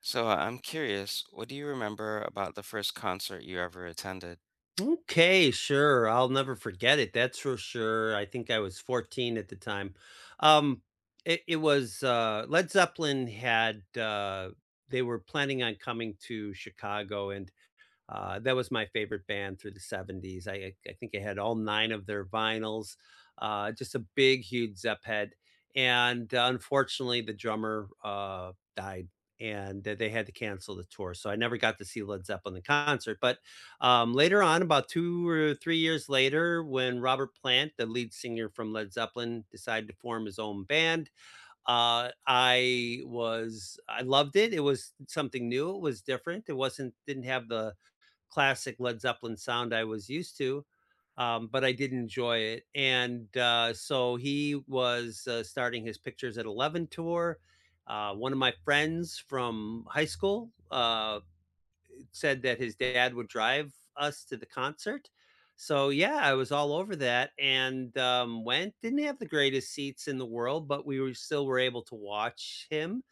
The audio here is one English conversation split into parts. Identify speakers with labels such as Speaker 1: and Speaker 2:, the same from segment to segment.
Speaker 1: So I'm curious, what do you remember about the first concert you ever attended?
Speaker 2: Okay, sure. I'll never forget it. That's for sure. I think I was 14 at the time. Um, it was Led Zeppelin had they were planning on coming to Chicago, and that was my favorite band through the 70s. I think I had all 9 of their vinyls, just a big, huge Zepp head, and, unfortunately, the drummer, died, and th they had to cancel the tour, so I never got to see Led Zeppelin in concert, but, later on, about 2 or 3 years later, when Robert Plant, the lead singer from Led Zeppelin, decided to form his own band, I loved it. It was something new, it was different, it wasn't didn't have the classic Led Zeppelin sound I was used to, but I did enjoy it. And so he was starting his Pictures at 11 tour. One of my friends from high school said that his dad would drive us to the concert. So yeah, I was all over that and went. Didn't have the greatest seats in the world, but we were still were able to watch him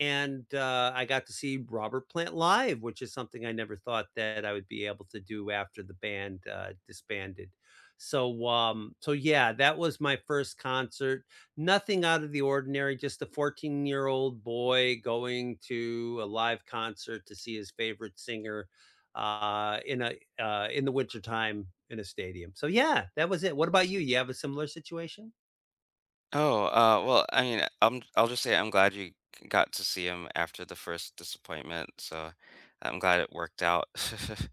Speaker 2: and I got to see Robert Plant live, which is something I never thought that I would be able to do after the band disbanded. So yeah, that was my first concert. Nothing out of the ordinary, just a 14-year-old year old boy going to a live concert to see his favorite singer in the wintertime in a stadium. So yeah, that was it. What about you? You have a similar situation?
Speaker 1: Oh, well, I'll just say I'm glad you got to see him after the first disappointment. So I'm glad it worked out.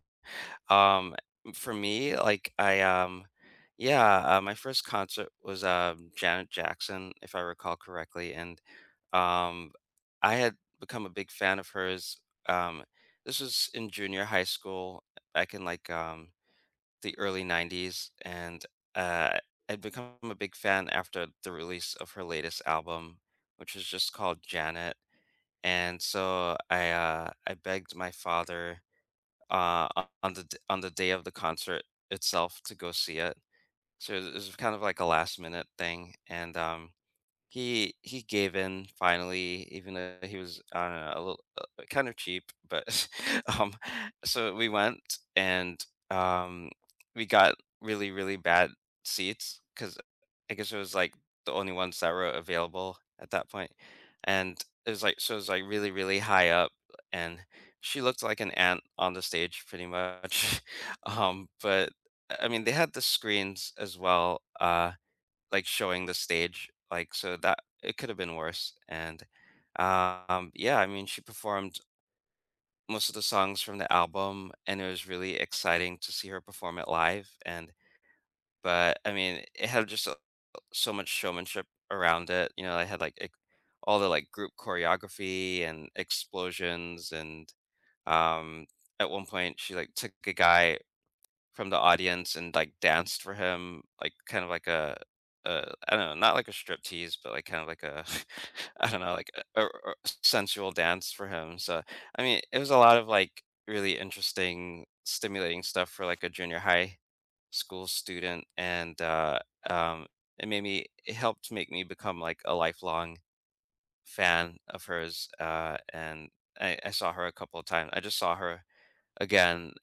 Speaker 1: Um, for me, yeah, my first concert was Janet Jackson, if I recall correctly, and um, I had become a big fan of hers. This was in junior high school. I can like. The early 90s and uh, I'd become a big fan after the release of her latest album, which was just called Janet. And so I begged my father on the day of the concert itself to go see it. So it was kind of like a last minute thing, and he gave in finally, even though he was, I don't know, a little kind of cheap, but um, so we went. And um, we got really, really bad seats because I guess it was like the only ones that were available at that point, and it was like, so it was like really, really high up, and she looked like an ant on the stage pretty much. But I mean, they had the screens as well, uh, like showing the stage, like, so that it could have been worse. And yeah, I mean, she performed most of the songs from the album, and it was really exciting to see her perform it live. And but I mean, it had just so much showmanship around it, you know. I had all the like group choreography and explosions and um, at one point she like took a guy from the audience and like danced for him, like kind of like a, I don't know, not like a strip tease, but like kind of like a, I don't know, like a sensual dance for him. So I mean, it was a lot of like really interesting, stimulating stuff for like a junior high school student, and um, it made me, it helped make me become like a lifelong fan of hers, and I saw her a couple of times. I just saw her again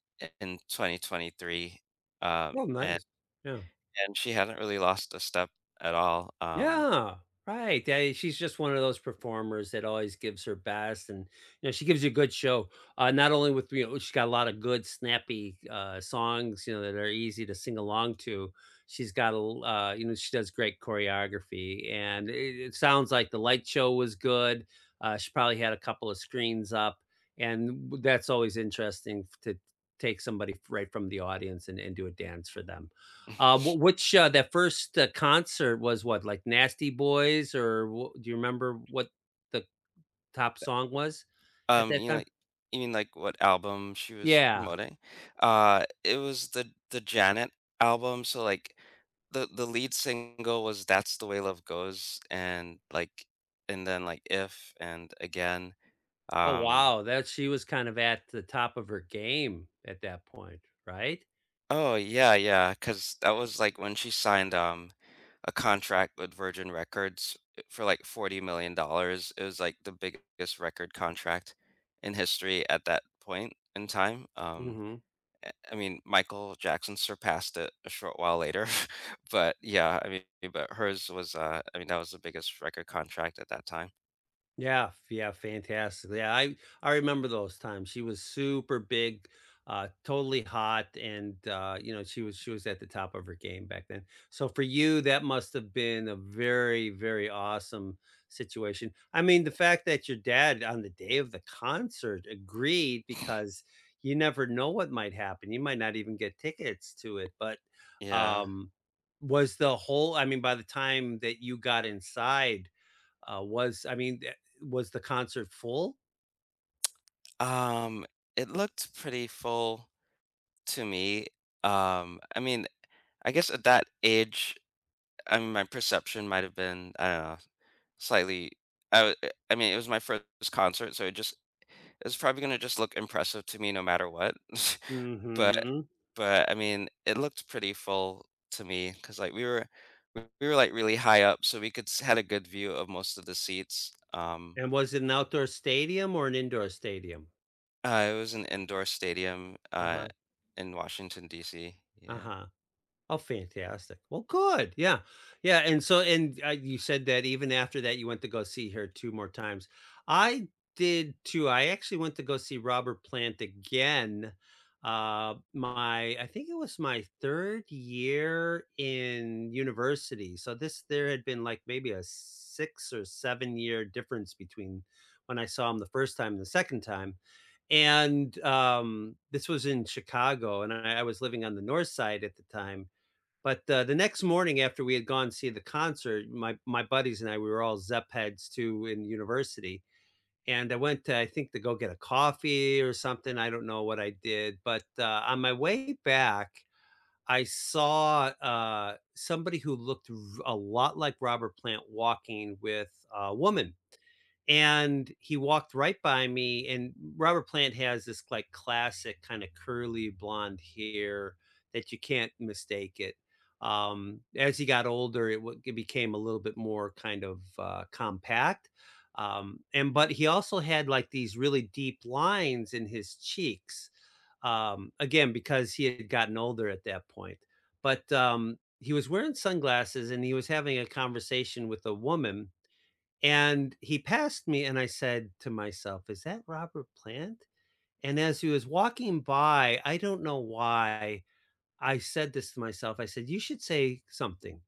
Speaker 1: in 2023, um,
Speaker 2: Well,
Speaker 1: and
Speaker 2: nice. Yeah.
Speaker 1: and she hadn't really lost a step at all.
Speaker 2: Yeah, right. Yeah, she's just one of those performers that always gives her best, and you know she gives you a good show. Not only with you know she's got a lot of good snappy songs, you know that are easy to sing along to. She's got you know she does great choreography, and it sounds like the light show was good. She probably had a couple of screens up, and that's always interesting to take somebody right from the audience and do a dance for them. Wh which, that first, concert was what, like Nasty Boys or wha do you remember what the top song was at that
Speaker 1: You know,
Speaker 2: time?
Speaker 1: like, you mean like what album she was
Speaker 2: Yeah.
Speaker 1: promoting? It was the Janet album. So like the lead single was "That's the Way Love Goes," and like and then like "If" and again.
Speaker 2: Oh,
Speaker 1: Um,
Speaker 2: wow, that she was kind of at the top of her game at that point, right?
Speaker 1: oh yeah, yeah, because that was like when she signed. A contract with Virgin Records, eh, for like $40 million dollars. It was like the biggest record contract in history at that point in time.
Speaker 2: Mhm.
Speaker 1: I mean, Michael Jackson surpassed it a short while later, but yeah, I mean, but hers was, I mean, that was the biggest record contract at that time.
Speaker 2: Yeah, f yeah, fantastic. Yeah, I remember those times. She was super big, totally hot, and, you know, she was at the top of her game back then. So for you, that must have been a very, very awesome situation. I mean, the fact that your dad, on the day of the concert, agreed because you never know what might happen. You might not even get tickets to it, but,
Speaker 1: Yeah.
Speaker 2: um, was the whole I mean, by the time that you got inside, was I mean, was the concert full?
Speaker 1: Um, it looked pretty full to me. I mean, I guess at that age, I mean, my perception might have been, I don't know, slightly I w- I mean, it was my first concert, so it just, it's probably gonna just look impressive to me no matter what. But
Speaker 2: Mhm.
Speaker 1: but, I mean, it looked pretty full to me because like, we were, like, really high up, so we could s had a good view of most of the seats.
Speaker 2: And was it an outdoor stadium or an indoor stadium?
Speaker 1: It was an indoor stadium,
Speaker 2: Uh-huh,
Speaker 1: in Washington, DC. Yeah.
Speaker 2: uh-huh. Oh, fantastic. Well, good. Yeah. Yeah. And so, and you said that even after that, you went to go see her two more times. I did too. I actually went to go see Robert Plant again. I think it was my third year in university. So this, there had been like maybe a 6 or 7 year difference between when I saw him the first time and the second time. And this was in Chicago, and I was living on the north side at the time but the next morning, after we had gone to see the concert, my buddies and I, we were all Zepp heads too in university, and I think to go get a coffee or something. I don't know what I did, but on my way back, I saw somebody who looked a lot like Robert Plant walking with a woman and he walked right by me, and Robert Plant has this like classic kind of curly blonde hair that you can't mistake it. As he got older it became a little bit more kind of compact, and but he also had like these really deep lines in his cheeks, again because he had gotten older at that point, but he was wearing sunglasses and he was having a conversation with a woman and he passed me, and I said to myself, "Is that Robert Plant?" And as he was walking by, I don't know why I said this to myself. I said, "You should say something."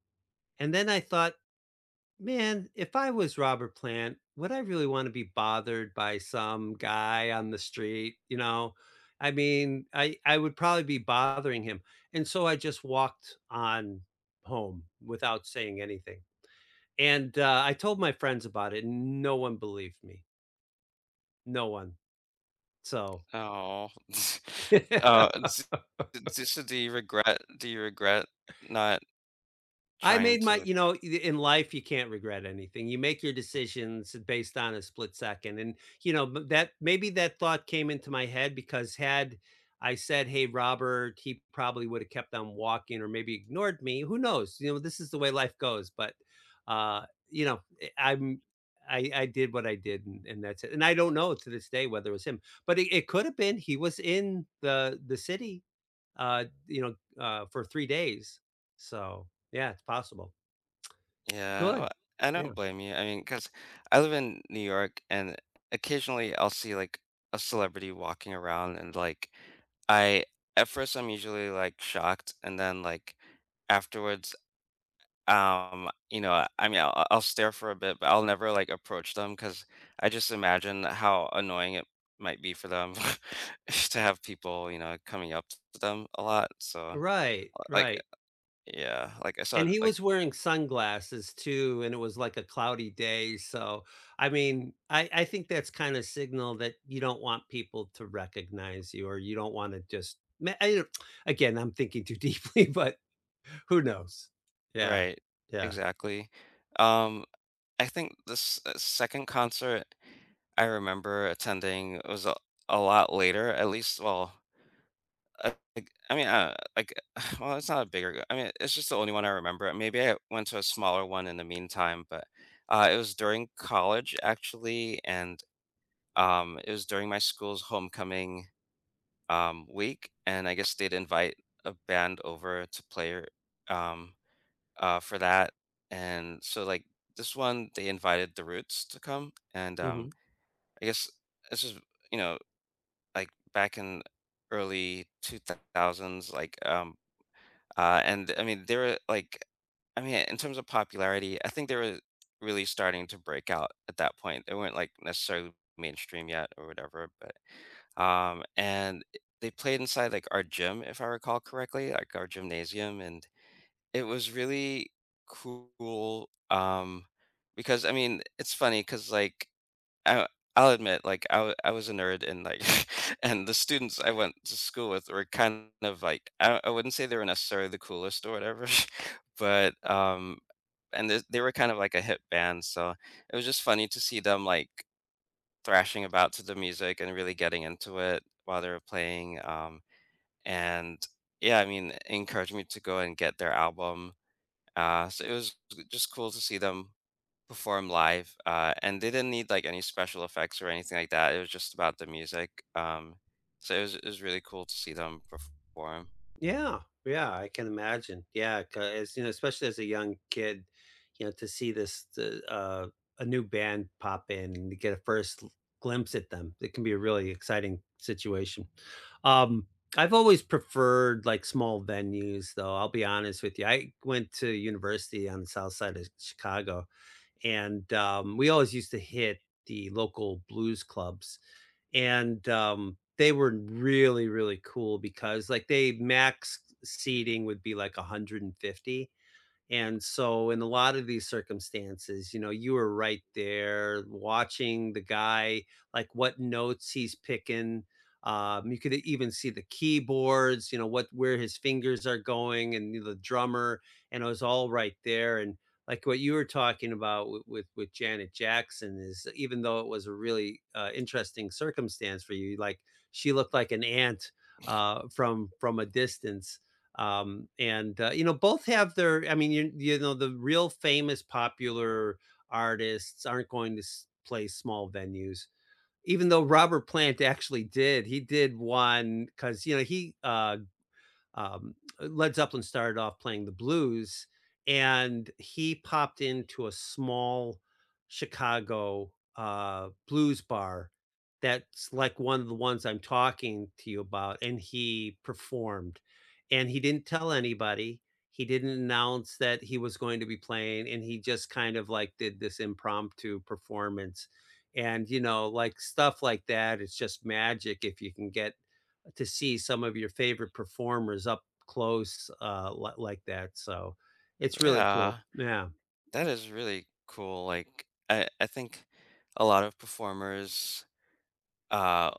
Speaker 2: And then I thought, "Man, if I was Robert Plant, would I really want to be bothered by some guy on the street?" You know, I mean, I would probably be bothering him. And so I just walked on home without saying anything. And I told my friends about it, and no one believed me. No one. So,
Speaker 1: Oh. Uh, d so do you regret, do you regret not
Speaker 2: I
Speaker 1: trying
Speaker 2: made my
Speaker 1: to
Speaker 2: you know, in life, you can't regret anything. You make your decisions based on a split second, and, you know, but that maybe that thought came into my head because had I said, "Hey, Robert," he probably would've kept on walking or maybe ignored me. Who knows? You know, this is the way life goes, but, you know, I did what I did, and that's it, and I don't know to this day whether it was him, but it could have been. He was in the city you know, for 3 days. So, yeah, it's possible.
Speaker 1: Yeah, well,
Speaker 2: Good.
Speaker 1: I
Speaker 2: Yeah.
Speaker 1: don't blame you. I mean, because I live in New York, and occasionally I'll see like a celebrity walking around, and like I, at first I'm usually like shocked, and then like afterwards, you know, I mean, I'll stare for a bit, but I'll never like approach them because I just imagine how annoying it might be for them to have people, you know, coming up to them a lot. So
Speaker 2: Right,
Speaker 1: like,
Speaker 2: right,
Speaker 1: yeah, like I saw
Speaker 2: and he
Speaker 1: like
Speaker 2: was wearing sunglasses too, and it was like a cloudy day, so, I mean, I think that's kinda signal that you don't want people to recognize you or you don't wanna just ma I don't- again, I'm thinking too deeply, but who knows? Yeah,
Speaker 1: right,
Speaker 2: yeah,
Speaker 1: exactly. Um, I think this, second concert I remember attending was a lot later, at least, well, I mean, like, well, it's not a bigger, I mean, it's just the only one I remember. Maybe I went to a smaller one in the meantime, but, it was during college, actually, and, it was during my school's homecoming, week, and I guess they'd invite a band over to play, um for that. And so like this one, they invited the Roots to come, and
Speaker 2: mhm.
Speaker 1: I guess this is, you know, like, back in early two thousands, like and I mean they were like, I mean in terms of popularity, I think they were really starting to break out at that point. They weren't like necessarily mainstream yet or whatever, but and they played inside like our gym if I recall correctly, like our gymnasium, and it was really cool, because, I mean, it's funny, because like, I I'll admit, like, I was a nerd and, like and the students I went to school with were kind of, like I wouldn't say they were necessarily the coolest or whatever, but, um, and they were kind of like a hip band, so it was just funny to see them, like, thrashing about to the music and really getting into it while they were playing, and yeah, I mean, it encouraged me to go and get their album. So it was just cool to see them perform live, and they didn't need like any special effects or anything like that. It was just about the music. So it was really cool to see them perform.
Speaker 2: Yeah, yeah, I can imagine. Yeah, 'cause, you know, especially as a young kid, you know, to see this, the, a new band pop in and to get a glimpse at them, it can be a really exciting situation. Um, I've always preferred like small venues, though. I'll be honest with you. I went to university on the south side of Chicago, and we always used to hit the local blues clubs, and they were really really cool because like they max seating would be like 150 and so, in a lot of these circumstances, you know, you were right there watching the guy, like what notes he's picking. You could even see the keyboards, you know, what where his fingers are going, and the drummer, and it was all right there. And like what you were talking about with with Janet Jackson is, even though it was a really interesting circumstance for you, like she looked like an ant from a distance, and you know both have their you, you know the real famous popular artists aren't going to play small venues, even though Robert Plant actually did. He did one because you know he Led Zeppelin started off playing the blues, and he popped into a small Chicago blues bar that's like one of the ones I'm talking to you about, and he performed. And he didn't tell anybody. He didn't announce that he was going to be playing, and he just kind of like did this impromptu performance. And you know, like stuff like that, it's just magic if you can get to see some of your favorite performers up close, li like that, so it's really
Speaker 1: Yeah,
Speaker 2: cool. Yeah.
Speaker 1: that is really cool. Like I think a lot of performers uh,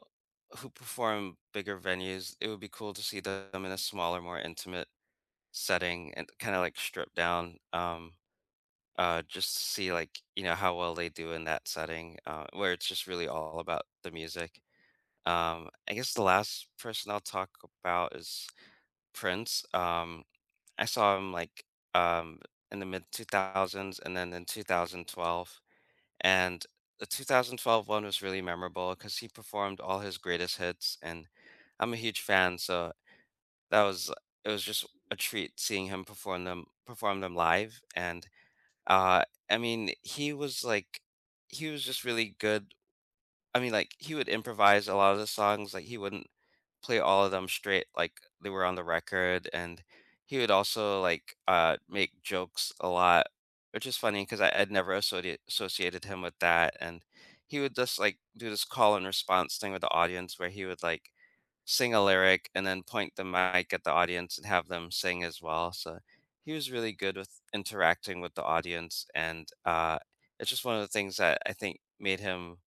Speaker 1: who perform bigger venues, it would be cool to see them in a smaller, more intimate setting and kind of like stripped down. Just to see like, you know, how well they do in that setting, where it's just really all about the music. I guess the last person I'll talk about is Prince. I saw him like um, in the mid 2000s and then in 2012, and the 2012 one was really memorable because he performed all his greatest hits, and I'm a huge fan, so that was, it was just a treat seeing him perform them live and uh, I mean, he was like, he was just really good. I mean, like he would improvise a lot of the songs. Like he wouldn't play all of them straight, like they were on the record. And he would also like uh, make jokes a lot, which is funny because I had never associated him with that. And he would just like do this call and response thing with the audience where he would like sing a lyric and then point the mic at the audience and have them sing as well. So he was really good with interacting with the audience, and it's just one of the things that I think made him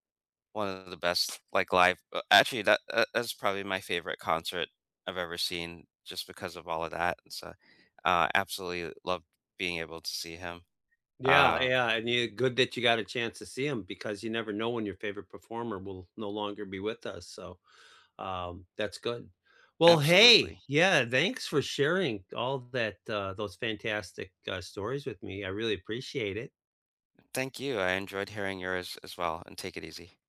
Speaker 1: one of the best. Like live, actually, that that's probably my favorite concert I've ever seen, just because of all of that. And so, absolutely loved being able to see him.
Speaker 2: Yeah,
Speaker 1: Uh,
Speaker 2: yeah, and you good that you got a chance to see them because you never know when your favorite performer will no longer be with us, so, that's good. Well,
Speaker 1: Absolutely,
Speaker 2: hey, yeah, thanks for sharing all that, those fantastic, stories with me. I really appreciate it.
Speaker 1: thank you. I enjoyed hearing yours as well, and take it easy.